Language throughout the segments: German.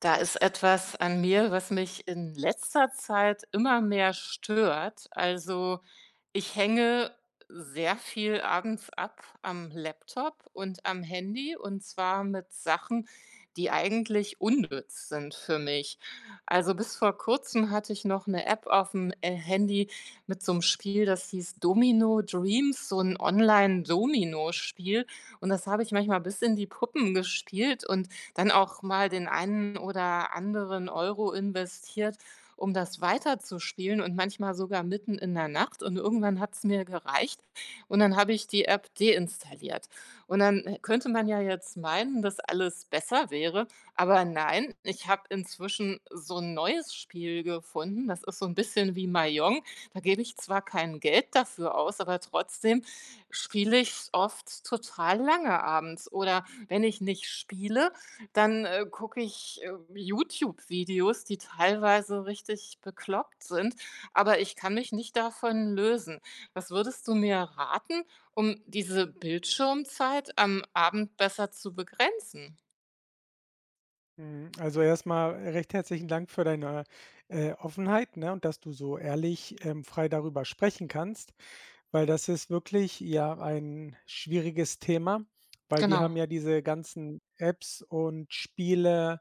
Da ist etwas an mir, was mich in letzter Zeit immer mehr stört. Also, ich hänge sehr viel abends ab am Laptop und am Handy und zwar mit Sachen, die eigentlich unnütz sind für mich. Also, bis vor Kurzem hatte ich noch eine App auf'm Handy mit so 'm Spiel, das hieß Domino Dreams, so ein online domino spiel und das habe ich manchmal bis in die Puppen gespielt und dann auch mal den einen oder anderen Euro investiert, um das weiterzuspielen und manchmal sogar mitten in der Nacht. Und irgendwann hat's mir gereicht und dann habe ich die App deinstalliert. Und dann könnte man ja jetzt meinen, dass alles besser wäre, aber nein, ich habe inzwischen so ein neues Spiel gefunden. Das ist so ein bisschen wie Mahjong. Da gebe ich zwar kein Geld dafür aus, aber trotzdem spiele ich oft total lange abends. Oder wenn ich nicht spiele, dann gucke ich YouTube-Videos, die teilweise richtig bekloppt sind, aber ich kann mich nicht davon lösen. Was würdest du mir raten, um diese Bildschirmzeit am Abend besser zu begrenzen? Mhm. Also, erstmal recht herzlichen Dank für deine, Offenheit, ne, und dass du so ehrlich, frei darüber sprechen kannst, weil das ist wirklich, ja, ein schwieriges Thema, weil wir Genau. haben ja diese ganzen Apps und Spiele,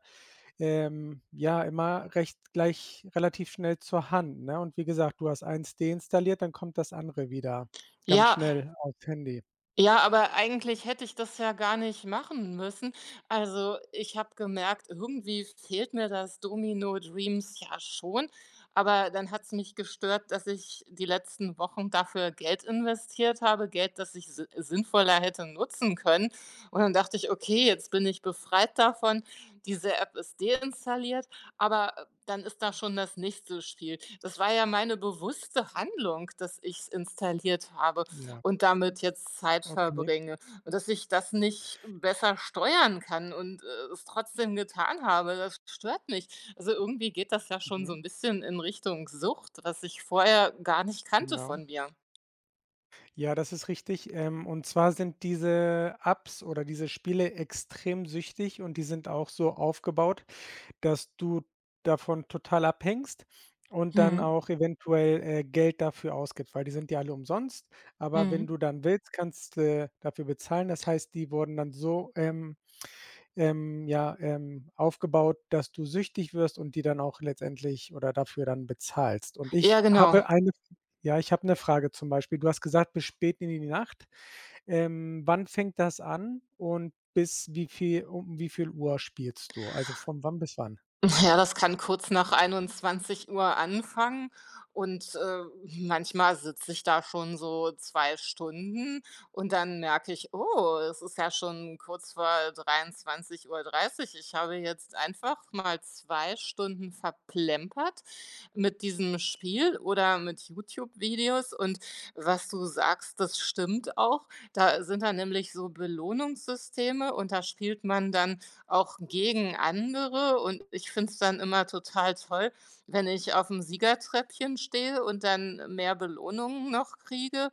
ja, immer recht gleich relativ schnell zur Hand, ne? Und wie gesagt, du hast eins deinstalliert, dann kommt das andere wieder ganz Ja, schnell aufs Handy. ja, aber eigentlich hätte ich das ja gar nicht machen müssen. Also, ich habe gemerkt, irgendwie fehlt mir das Domino Dreams ja schon, aber dann hat's mich gestört, dass ich die letzten Wochen dafür Geld investiert habe, Geld, das ich si sinnvoller hätte nutzen können. Und dann dachte ich: „Okay, jetzt bin ich befreit davon. Diese App ist deinstalliert“, aber dann ist da schon das nächste Spiel. Das war ja meine bewusste Handlung, dass ich's installiert habe. Ja, Und damit jetzt Zeit okay. verbringe und dass ich das nicht besser steuern kann und es trotzdem getan habe, das stört mich. Also, irgendwie geht das ja schon so Mhm, ein bisschen in Richtung Sucht, was ich vorher gar nicht kannte genau. von mir. Ja, das ist richtig. Und zwar sind diese Apps oder diese Spiele extrem süchtig und die sind auch so aufgebaut, dass du davon total abhängst und dann Mhm, auch eventuell, Geld dafür ausgibst, weil die sind ja alle umsonst. Aber wenn mhm. du dann willst, kannst du dafür bezahlen. Das heißt, die wurden dann so, ja, aufgebaut, dass du süchtig wirst und die dann auch letztendlich oder dafür dann bezahlst. Und Ja, genau. Ich habe eine Frage zum Beispiel. Du hast gesagt, bis spät in die Nacht. Wann fängt das an und bis wie viel um wie viel Uhr spielst du? Also, von wann bis wann? Ja, das kann kurz nach 21 Uhr anfangen und manchmal sitze ich da schon so 2 Stunden und dann merke ich: „Oh, es ist ja schon kurz vor 23:30. Ich habe jetzt einfach mal 2 Stunden verplempert mit diesem Spiel oder mit YouTube-Videos.“ Und was du sagst, das stimmt auch. Da sind dann nämlich so Belohnungssysteme und da spielt man dann auch gegen andere und ich finde es dann immer total toll, wenn ich auf dem Siegertreppchen stehe und dann mehr Belohnungen noch kriege.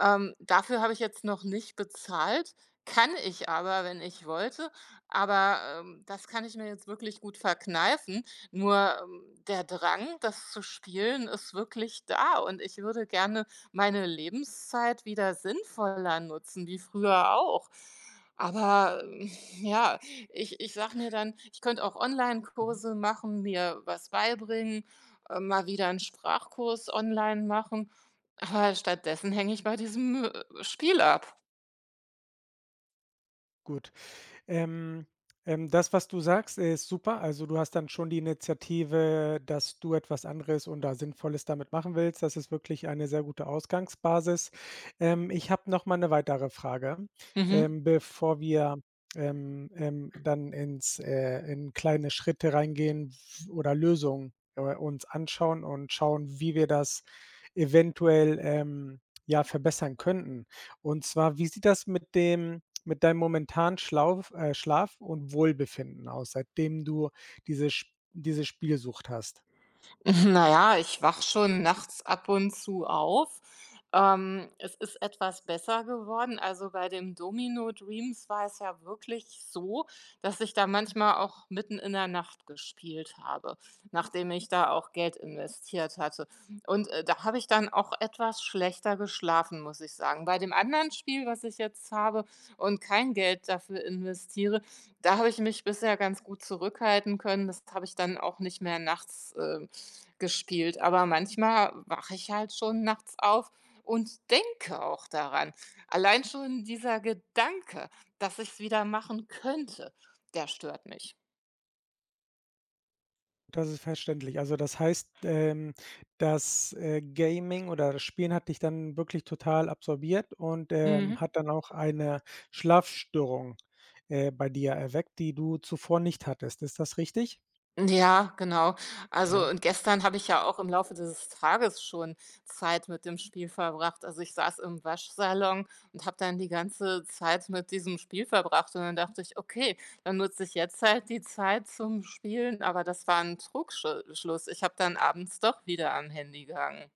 Dafür habe ich jetzt noch nicht bezahlt, kann ich aber, wenn ich wollte. Aber das kann ich mir jetzt wirklich gut verkneifen. Nur der Drang, das zu spielen, ist wirklich da und ich würde gerne meine Lebenszeit wieder sinnvoller nutzen, wie früher auch. Aber, ja, ich sage mir dann, ich könnte auch Mhm, Online-Kurse machen, mir was beibringen mal wieder einen Sprachkurs online machen. Aber stattdessen hänge ich bei diesem Spiel ab. gut. Ähm, Das, was du sagst, ist super. Also, du hast dann schon die Initiative, dass du etwas anderes und da Sinnvolles damit machen willst. Das ist wirklich eine sehr gute Ausgangsbasis. Ich habe noch mal eine weitere Frage, Mhm. Bevor wir, dann ins in kleine Schritte reingehen w oder Lösungen, uns anschauen und schauen, wie wir das eventuell, ja, verbessern könnten. Und zwar, wie sieht das mit dem mit deinem momentanen Schlauf Schlaf und Wohlbefinden aus, seitdem du diese Sp diese Spielsucht hast? Na ja, ich wach schon nachts ab und zu auf. Es ist etwas besser geworden. Also, bei dem Domino Dreams war es ja wirklich so, dass ich da manchmal auch mitten in der Nacht gespielt habe, nachdem ich da auch Geld investiert hatte. Und da habe ich dann auch etwas schlechter geschlafen, muss ich sagen. Bei dem anderen Spiel, was ich jetzt habe und kein Geld dafür investiere, da habe ich mich bisher ganz gut zurückhalten können. Das habe ich dann auch nicht mehr nachts gespielt, aber manchmal wache ich halt schon nachts auf und denke auch daran. Allein schon dieser Gedanke, dass ich's wieder machen könnte, der stört mich. Das ist verständlich. Also, das heißt, das, Gaming oder das Spielen hat dich dann wirklich total absorbiert und, Mhm. Hat dann auch eine Schlafstörung, bei dir erweckt, die du zuvor nicht hattest. Ist das richtig? Ja, genau. Also, Ja. und gestern habe ich ja auch im Laufe des Tages schon Zeit mit dem Spiel verbracht. Also, ich saß im Waschsalon und habe dann die ganze Zeit mit diesem Spiel verbracht. Und dann dachte ich, okay, dann nutze ich jetzt halt die Zeit zum Spielen. Aber das war ein Trugschluss. Ich habe dann abends doch wieder am Handy gehangen.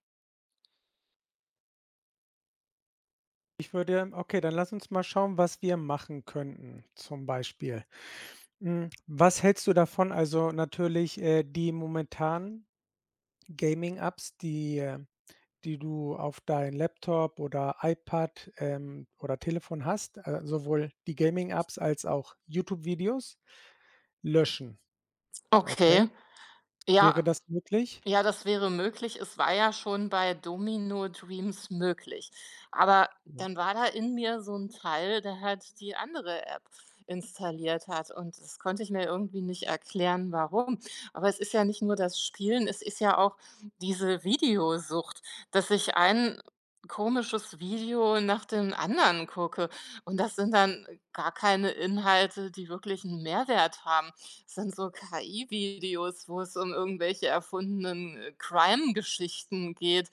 Ich würde okay, dann lass uns mal schauen, was wir machen könnten zum Beispiel. Hm, was hältst du davon? Also, natürlich, die momentanen Gaming-Apps, die du auf dein Laptop oder iPad, oder Telefon hast, sowohl die Gaming-Apps als auch YouTube-Videos löschen, okay? Okay. Wäre Ja, das möglich? ja, das wäre möglich. Es war ja schon bei Domino Dreams möglich. Aber Mhm, dann war da in mir so ein Teil, der halt die andere App installiert hat und das konnte ich mir irgendwie nicht erklären, warum. Aber es ist ja nicht nur das Spielen, es ist ja auch diese Videosucht, dass ich ein komisches Video nach dem anderen gucke und das sind dann gar keine Inhalte, die wirklich einen Mehrwert haben. Das sind so KI-Videos, wo es um irgendwelche erfundenen Crime-Geschichten geht,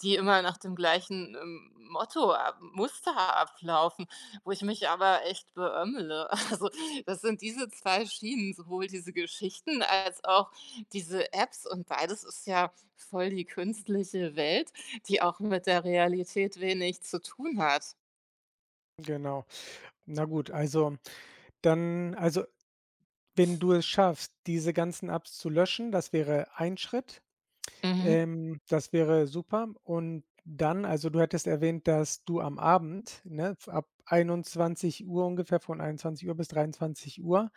die immer nach dem gleichen Motto ab Muster ablaufen, wo ich mich aber echt beömmele. Also, das sind diese 2 Schienen, sowohl diese Geschichten als auch diese Apps und beides ist ja voll die künstliche Welt, die auch mit der Realität wenig zu tun hat. genau. Na gut, also dann also, wenn du es schaffst, diese ganzen Apps zu löschen, das wäre ein Schritt. Mhm. Das wäre super. Und dann also, du hattest erwähnt, dass du am Abend, ne, f ab 21:00 ungefähr, von 21 Uhr bis 23 Uhr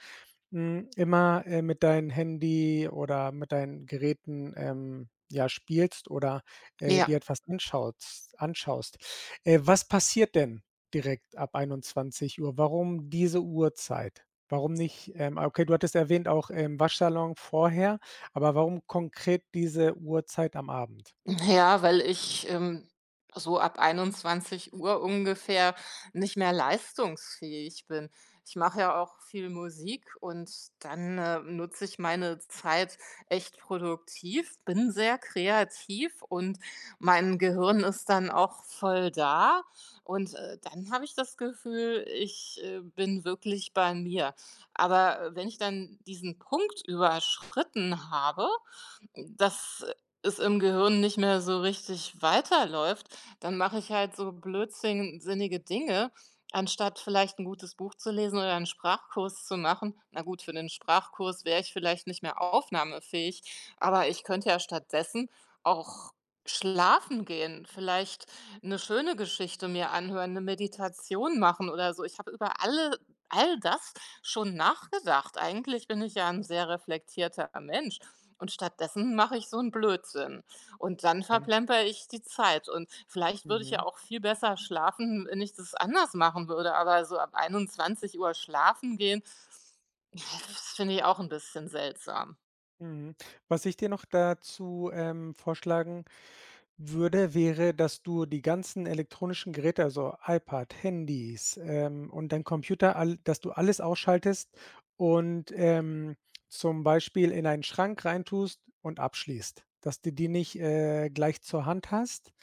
hm, immer, mit deinem Handy oder mit deinen Geräten, ja, spielst oder, Ja. dir etwas anschaust. Was passiert denn direkt ab 21 Uhr Warum diese Uhrzeit? Warum nicht ah, okay, du hattest erwähnt auch, Waschsalon vorher, aber warum konkret diese Uhrzeit am Abend? Ja, weil ich so ab 21 Uhr ungefähr nicht mehr leistungsfähig bin. Ich mache ja auch viel Musik und dann nutze ich meine Zeit echt produktiv, bin sehr kreativ und mein Gehirn ist dann auch voll da und dann habe ich das Gefühl, ich bin wirklich bei mir. Aber wenn ich dann diesen Punkt überschritten habe, dass es im Gehirn nicht mehr so richtig weiterläuft, dann mache ich halt so blödsinnige Dinge, anstatt vielleicht ein gutes Buch zu lesen oder einen Sprachkurs zu machen. Na gut, für den Sprachkurs wäre ich vielleicht nicht mehr aufnahmefähig, aber ich könnte ja stattdessen auch schlafen gehen, vielleicht eine schöne Geschichte mir anhören, eine Meditation machen oder so. Ich habe über all das schon nachgedacht. Eigentlich bin ich ja ein sehr reflektierter Mensch. Und stattdessen mache ich so einen Blödsinn. Und dann verplemper ich die Zeit. Und vielleicht würde ich ja Mhm, auch viel besser schlafen, wenn ich das anders machen würde. Aber so ab 21 Uhr schlafen gehen, das finde ich auch ein bisschen seltsam. mhm. Was ich dir noch dazu, vorschlagen würde, wäre, dass du die ganzen elektronischen Geräte, also iPad, Handys, und dein Computer, all dass du alles ausschaltest und, zum Beispiel in einen Schrank reintust und abschließt, dass du die nicht, gleich zur Hand hast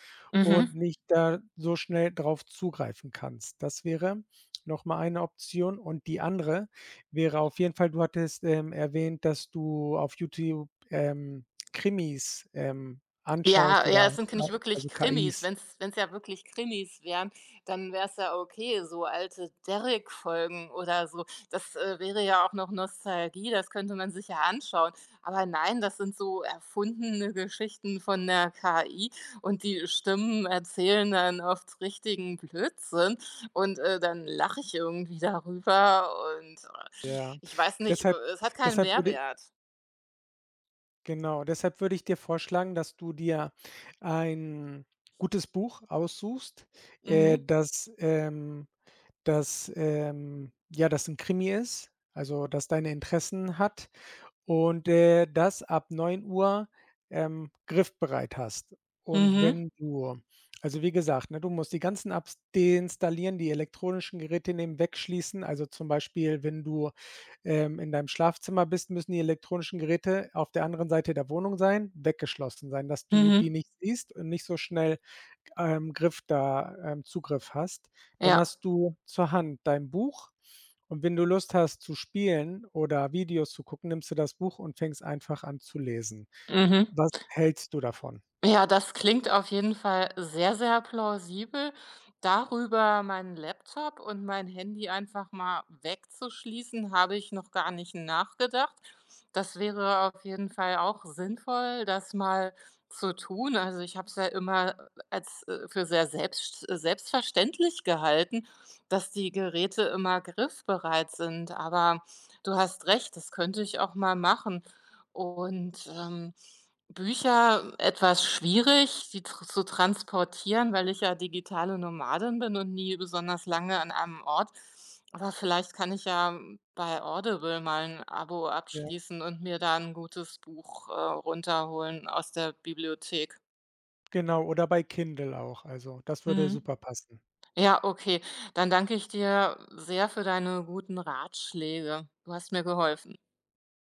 und Mhm. nicht da so schnell drauf zugreifen kannst. Das wäre noch mal eine Option und die andere wäre auf jeden Fall du hattest, erwähnt, dass du auf YouTube, Krimis, Ja, anschaust oder ja, es sind ja, nicht wirklich also Krimis. KIs, Wenn es ja wirklich Krimis wären, dann wäre es ja okay, so alte Derrick-Folgen oder so. Das wäre ja auch noch Nostalgie, das könnte man sich ja anschauen. Aber nein, das sind so erfundene Geschichten von der KI und die Stimmen erzählen dann oft richtigen Blödsinn und dann lache ich irgendwie darüber und, ja. ich weiß nicht, Deshalb es hat keinen deshalb würde Mehrwert. genau, deshalb würde ich dir vorschlagen, dass du dir ein gutes Buch aussuchst, äh, Mhm. das, ähm das, ja, das 'n Krimi ist, also das deine Interessen hat. Und, das ab 9:00, griffbereit hast. Und Mhm. wenn du also, wie gesagt, ne, du musst die ganzen Apps deinstallieren, die elektronischen Geräte nehmen, wegschließen. Also, zum Beispiel, wenn du, in deinem Schlafzimmer bist, müssen die elektronischen Geräte auf der anderen Seite der Wohnung sein, weggeschlossen sein, dass du die Mhm. nicht siehst und nicht so schnell Griff da Zugriff hast. Dann Ja. hast du zur Hand dein Buch und wenn du Lust hast zu spielen oder Videos zu gucken, nimmst du das Buch und fängst einfach an zu lesen. Mhm. Was hältst du davon? Ja, das klingt auf jeden Fall sehr, sehr plausibel. Darüber meinen Laptop und mein Handy einfach mal wegzuschließen, habe ich noch gar nicht nachgedacht. Das wäre auf jeden Fall auch sinnvoll, das mal zu tun. Also ich habe es ja immer als für sehr selbstverständlich gehalten, dass die Geräte immer griffbereit sind. Aber du hast recht, das könnte ich auch mal machen. Und Bücher etwas schwierig, sie tr zu transportieren, weil ich ja digitale Nomadin bin und nie besonders lange an einem Ort. Aber vielleicht kann ich ja bei Audible mal 'n Abo Ja, abschließen und mir da 'n gutes Buch runterholen aus der Bibliothek. genau, oder bei Kindle auch. Also, das würde Mhm. super passen. Ja, okay. Dann danke ich dir sehr für deine guten Ratschläge. Du hast mir geholfen.